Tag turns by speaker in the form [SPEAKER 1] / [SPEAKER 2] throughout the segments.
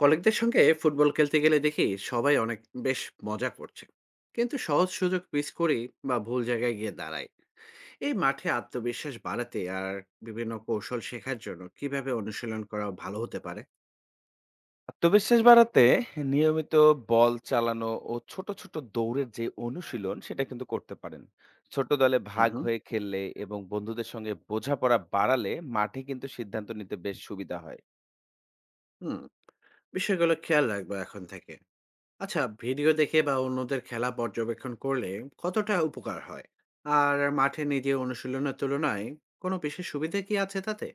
[SPEAKER 1] কলিগদের সঙ্গে ফুটবল খেলতে গেলে দেখি সবাই অনেক বেশ মজা করছে, কিন্তু সহজ সুযোগ মিস করি বা ভুল জায়গায় গিয়ে দাঁড়াই। এই মাঠে আত্মবিশ্বাস বাড়াতে আর বিভিন্ন কৌশল শেখার জন্য কিভাবে অনুশীলন করা ভালো হতে পারে?
[SPEAKER 2] আত্মবিশ্বাস বাড়াতে নিয়মিত বল চালানো ও ছোট ছোট দৌড়ের যে অনুশীলন সেটা কিন্তু করতে পারেন। ছোট দলে
[SPEAKER 1] হুম,
[SPEAKER 2] ভাগ
[SPEAKER 1] হুম।
[SPEAKER 2] হয়ে খেললে এবং বন্ধুদের সঙ্গে বোঝাপড়া বাড়ালে মাঠে কিন্তু সিদ্ধান্ত নিতে বেশ সুবিধা হয়।
[SPEAKER 1] হুম, বিষয়গুলো খেয়াল রাখবো এখন থেকে। আচ্ছা, ভিডিও দেখে বা অন্যদের খেলা পর্যবেক্ষণ করলে কতটা উপকার হয়, আর মাঠে নিজে অনুশীলনের তুলনায় কোনো বিশেষ সুবিধা কি আছে তাতে?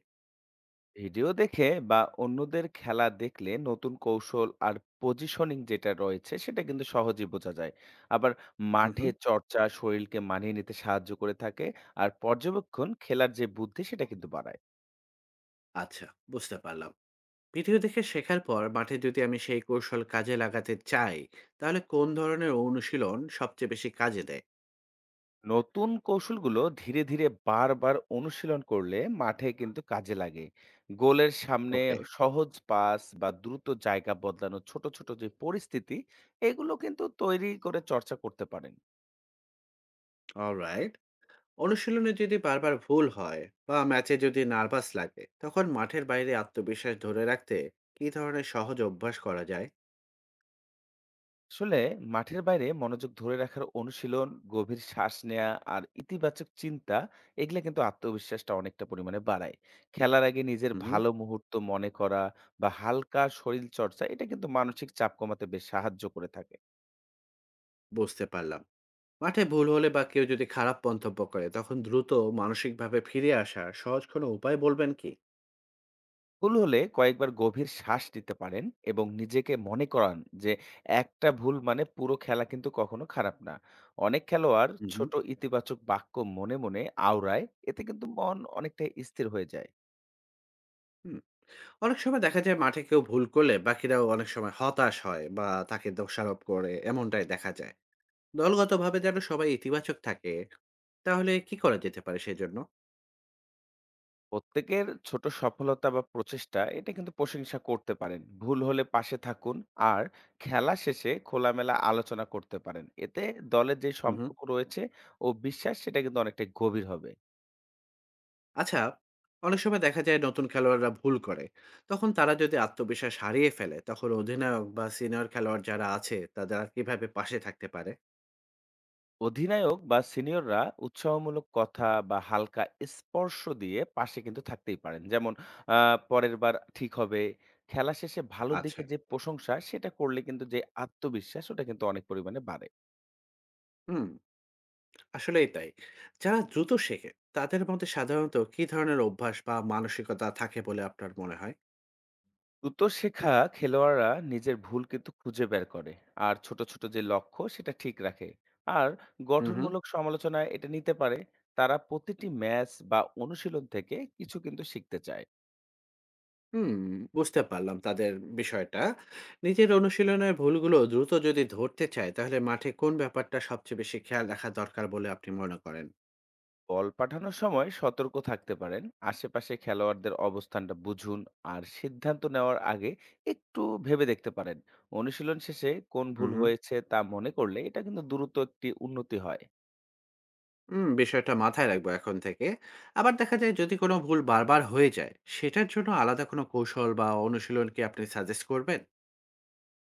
[SPEAKER 2] ভিডিও দেখে বা অন্যদের খেলা দেখলে নতুন কৌশল আর পজিশনিং যেটা রয়েছে সেটা কিন্তু সহজেই বোঝা যায়। আবার
[SPEAKER 1] হুম,
[SPEAKER 2] মাঠে
[SPEAKER 1] হুম।
[SPEAKER 2] চর্চা শরীরকে মানিয়ে নিতে সাহায্য করে থাকে। আর পর্যবেক্ষণ খেলার যে বুদ্ধি সেটা কিন্তু বাড়ায়।
[SPEAKER 1] আচ্ছা, বুঝতে পারলাম। ভিডিও দেখে শেখার পর মাঠে যদি আমি সেই কৌশল কাজে লাগাতে চাই, তাহলে কোন ধরনের অনুশীলন সবচেয়ে বেশি কাজে দেয়?
[SPEAKER 2] নতুন কৌশলগুলো ধীরে ধীরে বারবার অনুশীলন করলে মাঠে কিন্তু কাজে লাগে। গোলের সামনে
[SPEAKER 1] ওকে।
[SPEAKER 2] সহজ পাস বা দ্রুত জায়গা বদলানো ছোট ছোট যে পরিস্থিতি, এগুলো কিন্তু তৈরি করে চর্চা করতে পারেন।
[SPEAKER 1] অলরাইট। অনুশীলনে যদি বারবার ভুল হয় বা ম্যাচে যদি নার্ভাস লাগে, তখন মাঠের বাইরে আত্মবিশ্বাস ধরে রাখতে কি ধরনের সহজ অভ্যাস করা যায়?
[SPEAKER 2] আসলে মাঠের বাইরে মনোযোগ ধরে রাখার অনুশীলন, গভীর শ্বাস নেওয়া আর ইতিবাচক চিন্তা, এগুলো কিন্তু আত্মবিশ্বাসটা অনেকটা পরিমাণে বাড়ায়। খেলার আগে নিজের
[SPEAKER 1] হুম।
[SPEAKER 2] ভালো মুহূর্ত মনে করা বা হালকা শরীর চর্চা এটা কিন্তু মানসিক চাপ কমাতে বেশ সাহায্য করে থাকে।
[SPEAKER 1] বুঝতে পারলাম। মাঠে ভুল হলে বা কেউ যদি খারাপ মন্তব্য করে তখন দ্রুত মানসিকভাবে ফিরে আসার সহজ কোনো উপায় বলবেন কি?
[SPEAKER 2] ভুল হলে কয়েকবার গভীর শ্বাস নিতে পারেন এবং নিজেকে মনে করান যে একটা ভুল মানে পুরো খেলা কিন্তু কখনো খারাপ না। অনেক খেলোয়াড়
[SPEAKER 1] হুম, হুম।
[SPEAKER 2] ছোট ইতিবাচক বাক্য মনে মনে আওড়ায়, এতে কিন্তু মন অনেকটা স্থির হয়ে যায়।
[SPEAKER 1] অনেক সময় দেখা যায় মাঠে কেউ ভুল করলে বাকিরাও অনেক সময় হতাশ হয় বা তাকে দোষারোপ করে, এমনটাই দেখা যায়। দলগতভাবে যেন সবাই ইতিবাচক থাকে, তাহলে কি করা যেতে পারে সেই জন্য?
[SPEAKER 2] প্রত্যেকের ছোট সফলতা বা প্রচেষ্টা এটা কিন্তু প্রশংসা করতে পারেন, ভুল হলে পাশে থাকুন। আর খেলা শেষে খোলামেলা আলোচনা করতে পারেন, এতে দলের যে
[SPEAKER 1] হুম, হুম।
[SPEAKER 2] সম্পর্ক রয়েছে ও বিশ্বাস সেটা কিন্তু অনেকটা গভীর হবে।
[SPEAKER 1] আচ্ছা, অনেক সময় দেখা যায় নতুন খেলোয়াড়রা ভুল করে, তখন তারা যদি আত্মবিশ্বাস হারিয়ে ফেলে তখন অধিনায়ক বা সিনিয়র খেলোয়াড় যারা আছে তারা কিভাবে পাশে থাকতে পারে?
[SPEAKER 2] অধিনায়ক বা সিনিয়ররা উৎসাহমূলক কথা বা হালকা স্পর্শ দিয়ে পাশে কিন্তু থাকতেই পারেন, যেমন পরের বার ঠিক হবে। খেলা শেষে ভালো দিকে
[SPEAKER 1] আচ্ছা।
[SPEAKER 2] যে প্রশংসা সেটা করলে কিন্তু যে আত্মবিশ্বাস ওটা কিন্তু অনেক পরিমাণে বাড়ে।
[SPEAKER 1] হুম। আসলেই তাই। যারা দ্রুত শেখে, তাদের মধ্যে সাধারণত কি ধরনের অভ্যাস বা মানসিকতা থাকে বলে আপনার মনে হয়?
[SPEAKER 2] দ্রুত শেখা খেলোয়াড়রা নিজের ভুল কিন্তু খুঁজে বের করে আর ছোট ছোট যে লক্ষ্য সেটা ঠিক রাখে। আর
[SPEAKER 1] হুম, হুম।
[SPEAKER 2] গঠনমূলক সমালোচনায় এটা নিতে পারে। তারা প্রতিটি ম্যাচ বা অনুশীলন থেকে কিছু কিন্তু শিখতে চায়।
[SPEAKER 1] হুম, বুঝতে পারলাম তাদের বিষয়টা। নিজের অনুশীলনের ভুলগুলো দ্রুত যদি ধরতে চায়, তাহলে মাঠে কোন ব্যাপারটা সবচেয়ে বেশি খেয়াল রাখা দরকার বলে আপনি মনে করেন?
[SPEAKER 2] বল পাঠানোর সময় সতর্ক থাকতে পারেন, আশেপাশে খেলোয়াড়দের অবস্থানটা বুঝুন, আর সিদ্ধান্ত নেওয়ার আগে একটু ভেবে দেখতে পারেন। অনুশীলন শেষে কোন
[SPEAKER 1] হুম,
[SPEAKER 2] ভুল
[SPEAKER 1] হুম।
[SPEAKER 2] হয়েছে তা মনে করলে এটা কিন্তু দ্রুত একটি উন্নতি হয়।
[SPEAKER 1] হুম, বিষয়টা মাথায় রাখবো এখন থেকে। আবার দেখা যায় যদি কোনো ভুল বারবার হয়ে যায়, সেটার জন্য আলাদা কোনো কৌশল বা অনুশীলন কি আপনি সাজেস্ট করবেন?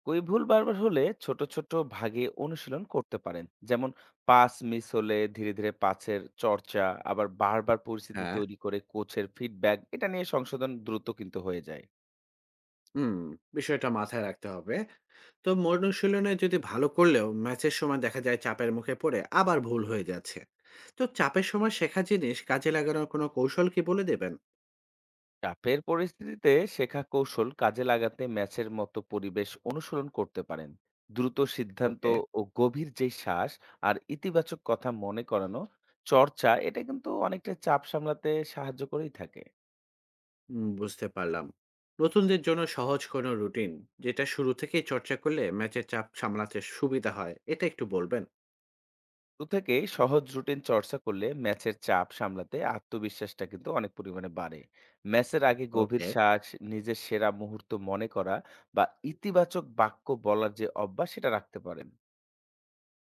[SPEAKER 2] ওই ভুল বারবার হলে ছোট ছোট ভাগে অনুশীলন করতে পারেন, যেমন পাস মিস হলে ধীরে ধীরে পাসের চর্চা। আবার বারবার পরিস্থিতি
[SPEAKER 1] হ্যাঁ।
[SPEAKER 2] তৈরি করে কোচের ফিডব্যাক এটা নিয়ে সংশোধন দ্রুত কিন্তু হয়ে যায়।
[SPEAKER 1] হুম, বিষয়টা মাথায় রাখতে হবে। তো অনুশীলনে যদি ভালো করলেও ম্যাচের সময় দেখা যায় চাপের মুখে পড়ে আবার ভুল হয়ে যাচ্ছে, তো চাপের সময় শেখা জিনিস কাজে লাগানোর কোনো কৌশল কি বলে দেবেন?
[SPEAKER 2] চাপের পরিস্থিতিতে শেখা কৌশল কাজে লাগাতে ম্যাচের মতো পরিবেশ অনুসরণ করতে পারেন। দ্রুত সিদ্ধান্ত
[SPEAKER 1] ওকে।
[SPEAKER 2] ও গভীর যে শ্বাস আর ইতিবাচক কথা মনে করানো চর্চা এটা কিন্তু অনেকটা চাপ সামলাতে সাহায্য করেই থাকে।
[SPEAKER 1] হুম, বুঝতে পারলাম। নতুনদের জন্য সহজ কোনো রুটিন যেটা শুরু থেকেই চর্চা করলে ম্যাচের চাপ সামলাতে সুবিধা হয় এটা একটু বলবেন?
[SPEAKER 2] শুরু থেকেই সহজ রুটিন চর্চা করলে ম্যাচের চাপ সামলাতে আত্মবিশ্বাসটা কিন্তু অনেক পরিমাণে বাড়ে। ম্যাচের আগে গভীর
[SPEAKER 1] ওকে।
[SPEAKER 2] শ্বাস, নিজের সেরা মুহূর্ত মনে করা, বা ইতিবাচক বাক্য বলার যে অভ্যাস সেটা রাখতে পারেন।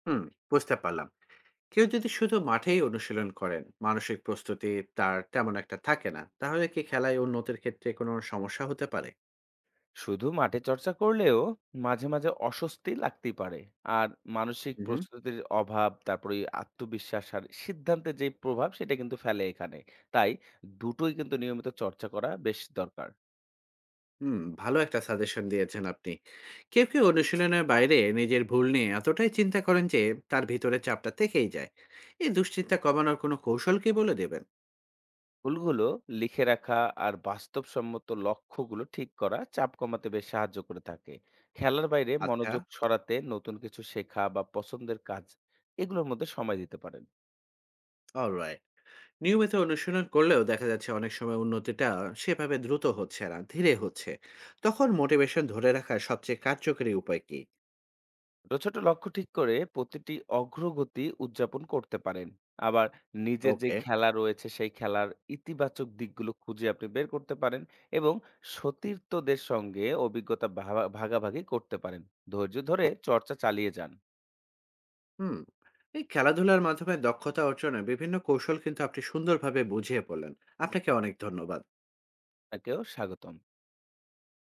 [SPEAKER 1] হুম। বুঝতে পারলাম। কেউ যদি শুধু মাঠেই অনুশীলন করেন, মানসিক প্রস্তুতি তার তেমন একটা থাকে না, তাহলে কি খেলায় উন্নতির ক্ষেত্রে কোনো সমস্যা হতে পারে?
[SPEAKER 2] শুধু মাঠে চর্চা করলেও মাঝে মাঝে অস্বস্তি লাগতেই পারে। আর মানসিক
[SPEAKER 1] হুম।
[SPEAKER 2] প্রস্তুতির অভাব, তারপরে এই আত্মবিশ্বাস আর সিদ্ধান্তের যে প্রভাব সেটা কিন্তু ফেলে এখানে। তাই দুটোই কিন্তু নিয়মিত চর্চা করা বেশ দরকার।
[SPEAKER 1] হুম, ভালো একটা সাজেশন দিয়েছেন আপনি। কেউ কেউ অনুশীলনের বাইরে নিজের ভুল নিয়ে এতটাই চিন্তা করেন যে তার ভিতরে চাপটা থেকেই যায়। এই দুশ্চিন্তা কমানোর কোনো কৌশল কি বলে দেবেন?
[SPEAKER 2] ভুলগুলো লিখে রাখা আর বাস্তবসম্মত লক্ষ্যগুলো ঠিক করা চাপ কমাতে বেশ সাহায্য করে থাকে। খেলার বাইরে
[SPEAKER 1] আচ্ছা।
[SPEAKER 2] মনোযোগ সরাতে নতুন কিছু শেখা বা পছন্দের কাজ, এগুলোর মধ্যে সময় দিতে পারেন।
[SPEAKER 1] অলরাইট। নিয়মিত অনুশীলন করলেও দেখা যাচ্ছে অনেক সময় উন্নতিটা সেভাবে দ্রুত হচ্ছে না, ধীরে হচ্ছে। তখন মোটিভেশন ধরে রাখার সবচেয়ে কার্যকরী উপায় কি?
[SPEAKER 2] ছোট ছোট লক্ষ্য ঠিক করে প্রতিটি অগ্রগতি উদযাপন করতে পারেন। আবার নিজের যে
[SPEAKER 1] ওকে।
[SPEAKER 2] খেলা রয়েছে সেই খেলার ইতিবাচক দিকগুলো খুঁজে আপনি বের করতে পারেন এবং সতীর্থদের সঙ্গে অভিজ্ঞতা ভাগাভাগি করতে পারেন। ধৈর্য ধরে চর্চা চালিয়ে যান।
[SPEAKER 1] হুম। এই খেলাধুলার মাধ্যমে দক্ষতা অর্জনের বিভিন্ন কৌশল কিন্তু আপনি সুন্দরভাবে বুঝিয়ে বললেন। আপনাকে অনেক ধন্যবাদ।
[SPEAKER 2] তাকেও স্বাগতম।